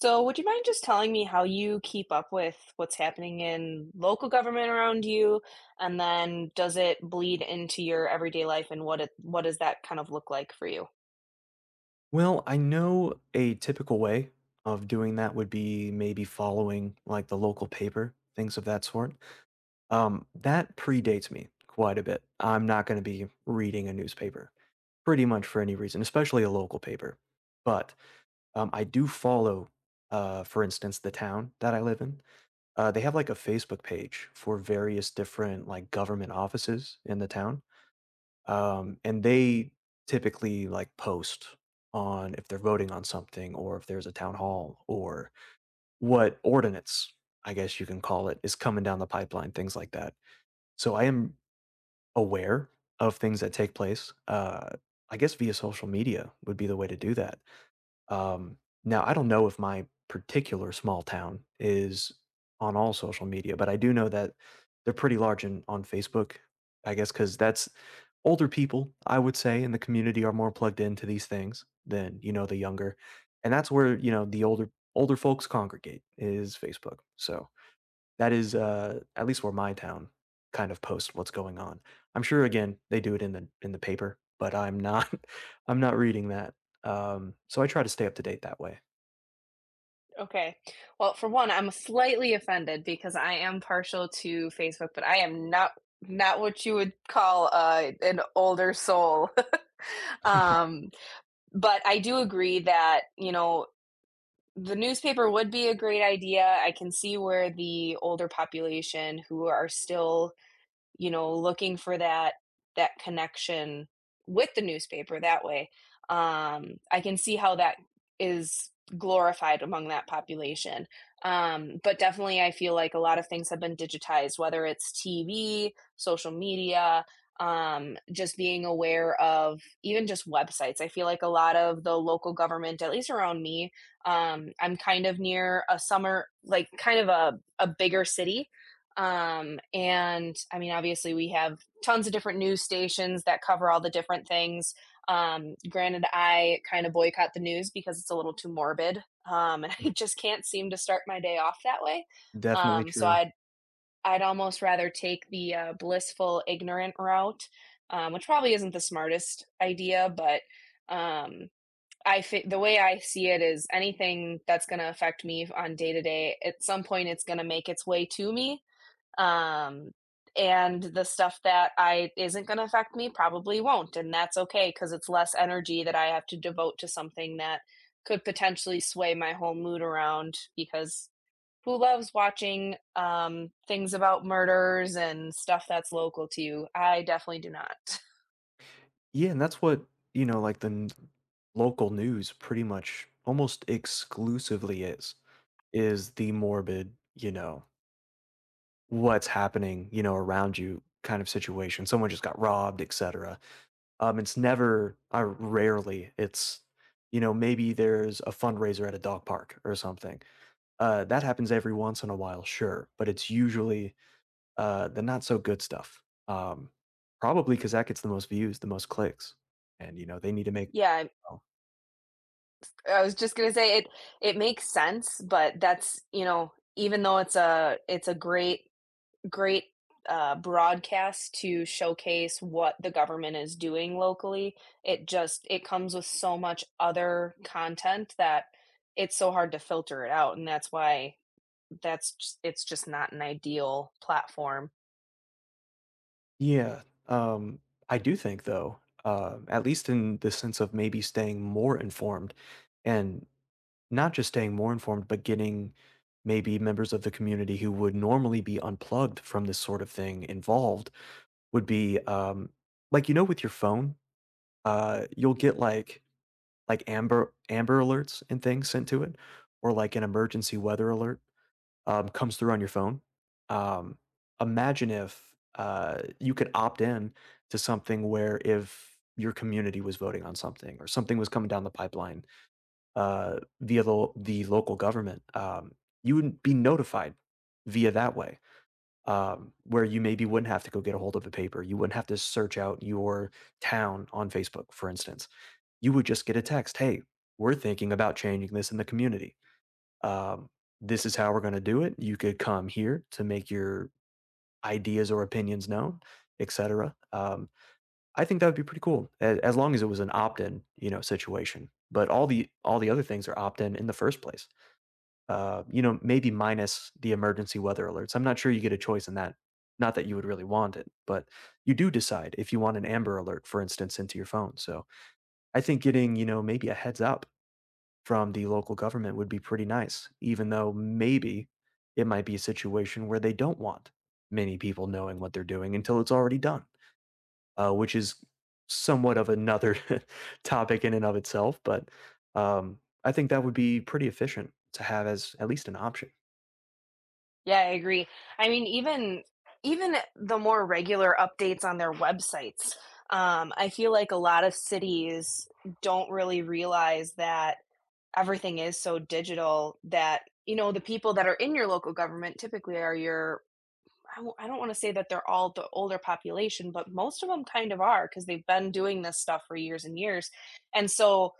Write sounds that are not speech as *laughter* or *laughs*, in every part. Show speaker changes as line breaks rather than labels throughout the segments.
So, would you mind just telling me how you keep up with what's happening in local government around you? And then does it bleed into your everyday life and what does that kind of look like for you?
Well, I know a typical way of doing that would be maybe following like the local paper, things of that sort. That predates me quite a bit. I'm not going to be reading a newspaper pretty much for any reason, especially a local paper. But I do follow, for instance, the town that I live in. They have like a Facebook page for various different like government offices in the town, and they typically like post on if they're voting on something or if there's a town hall or what ordinance I guess you can call it is coming down the pipeline, things like that. So I am aware of things that take place I guess via social media would be the way to do that um, now, I don't know if my particular small town is on all social media, but I do know that they're pretty large in, on Facebook, I guess, because that's older people, I would say, in the community are more plugged into these things than, you know, the younger. And that's where, you know, the older folks congregate is Facebook. So that is, at least where my town kind of posts what's going on. I'm sure again they do it in the paper, but I'm not *laughs* I'm not reading that. So I try to stay up to date that way.
Okay. Well, for one, I'm slightly offended because I am partial to Facebook, but I am not what you would call an older soul. *laughs*
*laughs*
Um, but I do agree that, you know, the newspaper would be a great idea. I can see where the older population who are still, you know, looking for that connection with the newspaper that way. I can see how that is glorified among that population. But definitely I feel like a lot of things have been digitized, whether it's TV, social media, just being aware of even just websites. I feel like a lot of the local government, at least around me, I'm kind of near a summer, like kind of a bigger city, and I mean, obviously, we have tons of different news stations that cover all the different things. Granted, I kind of boycott the news because it's a little too morbid, *laughs* and I just can't seem to start my day off that way.
Definitely
So
true.
I'd almost rather take the blissful ignorant route, which probably isn't the smartest idea, but um, the way I see it is anything that's going to affect me on day to day, at some point, it's going to make its way to me, um, and the stuff that I isn't going to affect me probably won't, and that's okay because it's less energy that I have to devote to something that could potentially sway my whole mood around. Because who loves watching things about murders and stuff that's local to you? I definitely do not. *laughs*
Yeah, and that's what, you know, like local news pretty much almost exclusively is the morbid, you know, what's happening, you know, around you kind of situation. Someone just got robbed, etc. It's never, I rarely, it's, you know, maybe there's a fundraiser at a dog park or something. That happens every once in a while, sure, but it's usually the not so good stuff. Um, probably because that gets the most views, the most clicks, and you know they need to make.
Yeah,
Oh,
I was just gonna say it. It makes sense, but that's, you know, even though it's a great broadcast to showcase what the government is doing locally. It just it comes with so much other content that it's so hard to filter it out, and that's why it's just not an ideal platform.
yeah, I do think though, at least in the sense of maybe staying more informed, and not just staying more informed, but getting maybe members of the community who would normally be unplugged from this sort of thing involved would be like you know with your phone, you'll get like like amber alerts and things sent to it, or like an emergency weather alert comes through on your phone. Um, imagine if you could opt in to something where if your community was voting on something or something was coming down the pipeline via the local government, you would be notified via that way, where you maybe wouldn't have to go get a hold of a paper. You wouldn't have to search out your town on Facebook, for instance. You would just get a text, hey, we're thinking about changing this in the community um, this is how we're going to do it. You could come here to make your ideas or opinions known, etc. I think that would be pretty cool, as long as it was an opt-in, you know, situation. But all the other things are opt-in in the first place. You know, maybe minus the emergency weather alerts. I'm not sure you get a choice in that. Not that you would really want it, but you do decide if you want an Amber Alert, for instance, into your phone. So I think getting, you know, maybe a heads up from the local government would be pretty nice, even though maybe it might be a situation where they don't want many people knowing what they're doing until it's already done, which is somewhat of another *laughs* topic in and of itself. But I think that would be pretty efficient to have as at least an option.
Yeah, I agree. I mean, even the more regular updates on their websites. I feel like a lot of cities don't really realize that everything is so digital that you know the people that are in your local government typically are your I don't want to say that they're all the older population, but most of them kind of are because they've been doing this stuff for years and years. And so,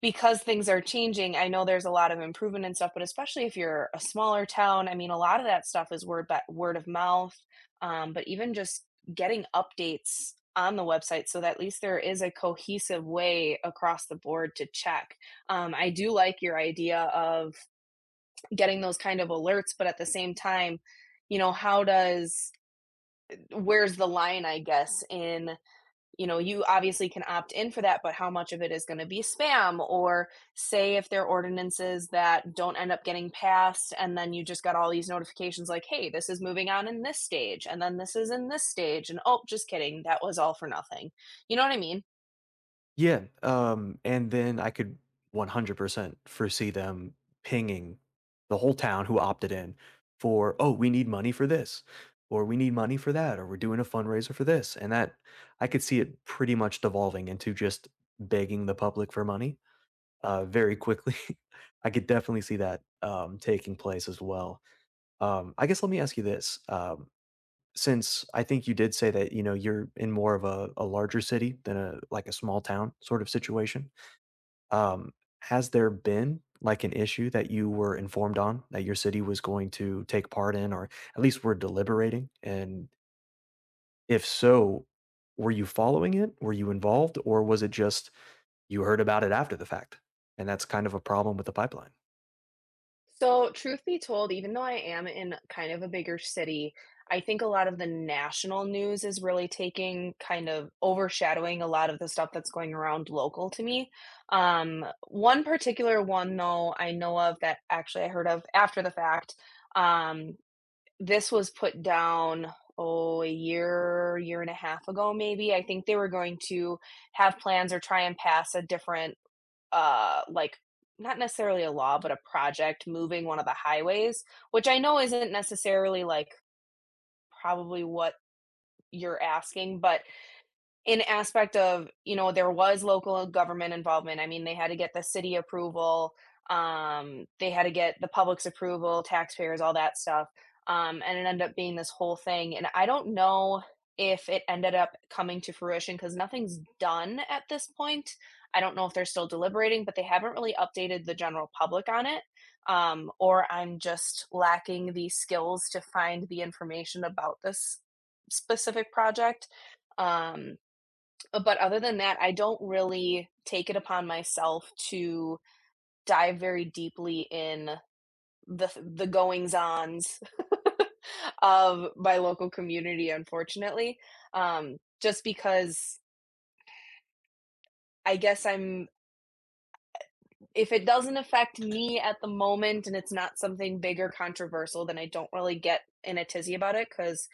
because things are changing, I know there's a lot of improvement and stuff, but especially if you're a smaller town, I mean, a lot of that stuff is word by word of mouth. But even just getting updates on the website so that at least there is a cohesive way across the board to check. I do like your idea of getting those kind of alerts, but at the same time, you know, how does where's the line, I guess, in, you know, you obviously can opt in for that, but how much of it is going to be spam? Or say if there are ordinances that don't end up getting passed, and then you just got all these notifications like, hey, this is moving on in this stage, and then this is in this stage, and oh, just kidding, that was all for nothing. You know what I mean?
Yeah, and then I could 100% foresee them pinging the whole town who opted in for, "Oh, we need money for this," or "We need money for that," or "We're doing a fundraiser for this." And that I could see it pretty much devolving into just begging the public for money, very quickly. *laughs* I could definitely see that, taking place as well. I guess let me ask you this, since I think you did say that, you know, you're in more of a larger city than a like a small town sort of situation. Um, has there been, like, an issue that you were informed on that your city was going to take part in or at least were deliberating? And if so, were you following it? Were you involved? Or was it just you heard about it after the fact? And that's kind of a problem with the pipeline.
So, truth be told, even though I am in kind of a bigger city, I think a lot of the national news is really taking kind of overshadowing a lot of the stuff that's going around local to me. One particular one, though, I know of that actually I heard of after the fact. Um, this was put down, oh, a year, year and a half ago, maybe. I think they were going to have plans or try and pass a different like not necessarily a law, but a project moving one of the highways, which I know isn't necessarily like probably what you're asking, but an aspect of, you know, there was local government involvement. I mean, they had to get the city approval, they had to get the public's approval, taxpayers, all that stuff, and it ended up being this whole thing, and I don't know if it ended up coming to fruition because nothing's done at this point. I don't know if they're still deliberating, but they haven't really updated the general public on it, or I'm just lacking the skills to find the information about this specific project. Um, but other than that, I don't really take it upon myself to dive very deeply in the goings-ons *laughs* of my local community, unfortunately, just because I guess I'm if it doesn't affect me at the moment and it's not something big or controversial, then I don't really get in a tizzy about it. Because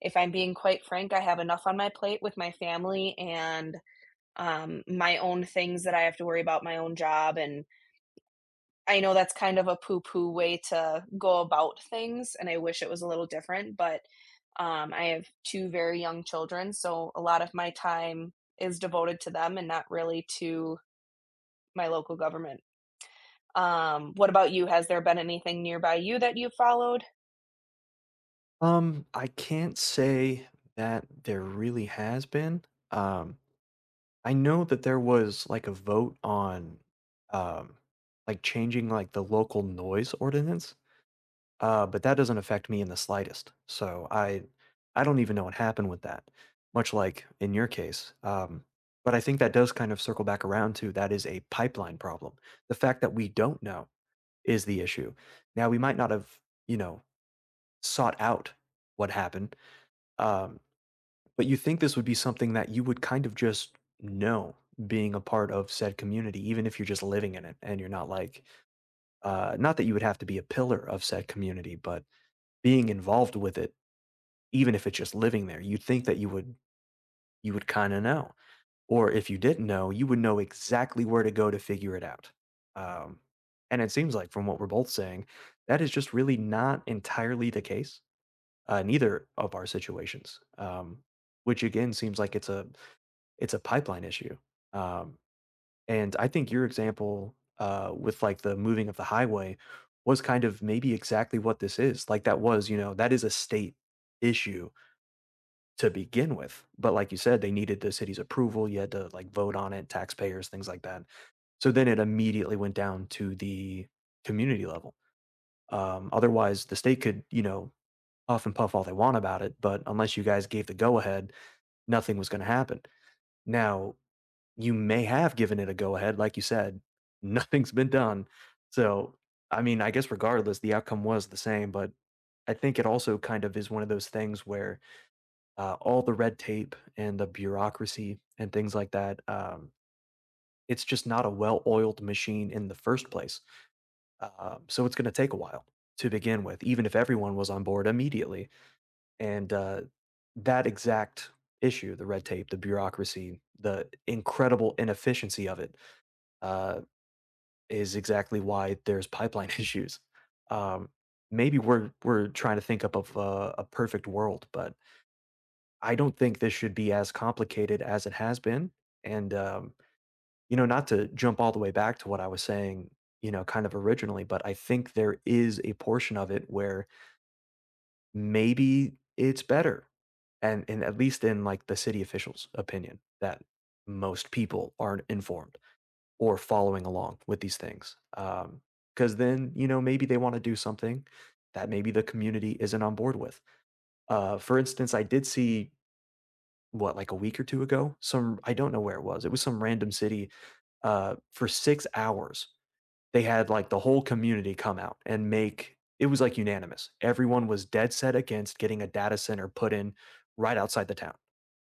if I'm being quite frank, I have enough on my plate with my family and, my own things that I have to worry about, my own job. And I know that's kind of a poo poo way to go about things, and I wish it was a little different, but I have two very young children, so a lot of my time is devoted to them and not really to my local government. What about you? Has there been anything nearby you that you followed?
I can't say that there really has been. Um, I know that there was like a vote on um like changing like the local noise ordinance. But that doesn't affect me in the slightest. So I don't even know what happened with that, much like in your case. But I think that does kind of circle back around to that is a pipeline problem. The fact that we don't know is the issue. Now we might not have, you know, sought out what happened. Um, but you think this would be something that you would kind of just know being a part of said community, even if you're just living in it and you're not like, not that you would have to be a pillar of said community, but being involved with it. Even if it's just living there, you'd think that you would kinda know, or if you didn't know, you would know exactly where to go to figure it out. Um, and it seems like from what we're both saying, that is just really not entirely the case, in either of our situations, which again seems like it's a pipeline issue. Um, and I think your example, with, like, the moving of the highway was kind of maybe exactly what this is, like, that was, you know, that is a state issue to begin with. But like you said, they needed the city's approval. You had to like vote on it, taxpayers, things like that. So then it immediately went down to the community level. Otherwise, the state could, you know, puff and puff all they want about it, but unless you guys gave the go ahead, nothing was going to happen. Now, you may have given it a go ahead. Like you said, *laughs* nothing's been done. So, I mean, I guess regardless, the outcome was the same, but I think it also kind of is one of those things where all the red tape and the bureaucracy and things like that. It's just not a well oiled machine in the first place. So it's going to take a while to begin with, even if everyone was on board immediately. And that exact issue, the red tape, the bureaucracy, the incredible inefficiency of it, uh, is exactly why there's pipeline *laughs* issues. Um, maybe we're trying to think up of a perfect world, but I don't think this should be as complicated as it has been. And, you know, not to jump all the way back to what I was saying, you know, kind of originally, but I think there is a portion of it where maybe it's better. And at least in like the city officials' opinion, that most people aren't informed or following along with these things. Because then, you know, maybe they want to do something that maybe the community isn't on board with. For instance, I did see what, like a week or 2 ago? Some I don't know where it was. It was some random city, for 6 hours, they had, like, the whole community come out and make it was, like, unanimous. Everyone was dead set against getting a data center put in right outside the town.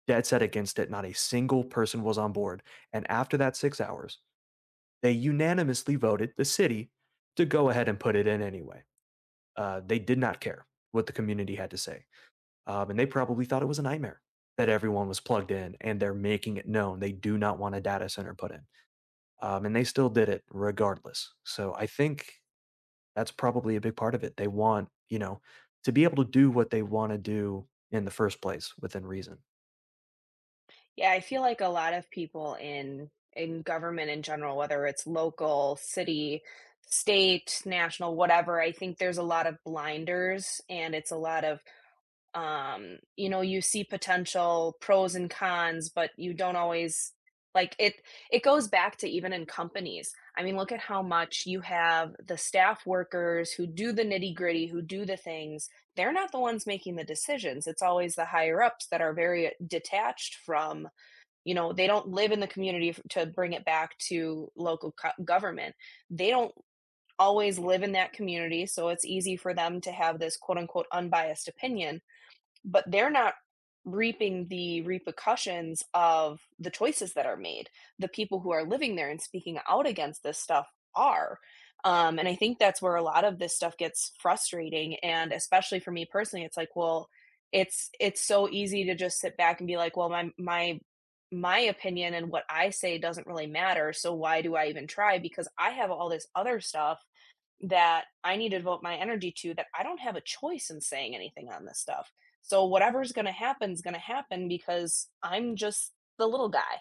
Dead set against it, not a single person was on board, and after that 6 hours, they unanimously voted, the city, to go ahead and put it in anyway. They did not care what the community had to say. And they probably thought it was a nightmare that everyone was plugged in and they're making it known they do not want a data center put in. And they still did it regardless. So I think that's probably a big part of it. They want, you know, to be able to do what they want to do in the first place within reason.
Yeah, I feel like a lot of people in government in general, whether it's local, city, state, national, whatever, I think there's a lot of blinders, and it's a lot of, um, you know, you see potential pros and cons, but you don't always like it. It goes back to even in companies. I mean, look at how much you have the staff workers who do the nitty gritty, who do the things. They're not the ones making the decisions. It's always the higher ups that are very detached from, you know, they don't live in the community. To bring it back to local government, they don't always live in that community, so it's easy for them to have this quote unquote unbiased opinion, but they're not reaping the repercussions of the choices that are made. The people who are living there and speaking out against this stuff are. And I think that's where a lot of this stuff gets frustrating. And especially for me personally, it's like, well, it's so easy to just sit back and be like, well, my opinion and what I say doesn't really matter. So why do I even try? Because I have all this other stuff that I need to devote my energy to, that I don't have a choice in saying anything on this stuff. So whatever's going to happen is going to happen because I'm just the little guy.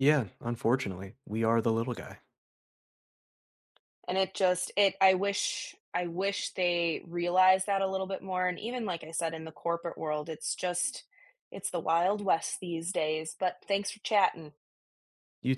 Yeah, unfortunately, we are the little guy.
And it just, it, I wish they realized that a little bit more. And even like I said, in the corporate world, it's just it's the wild west these days, but thanks for chatting.
You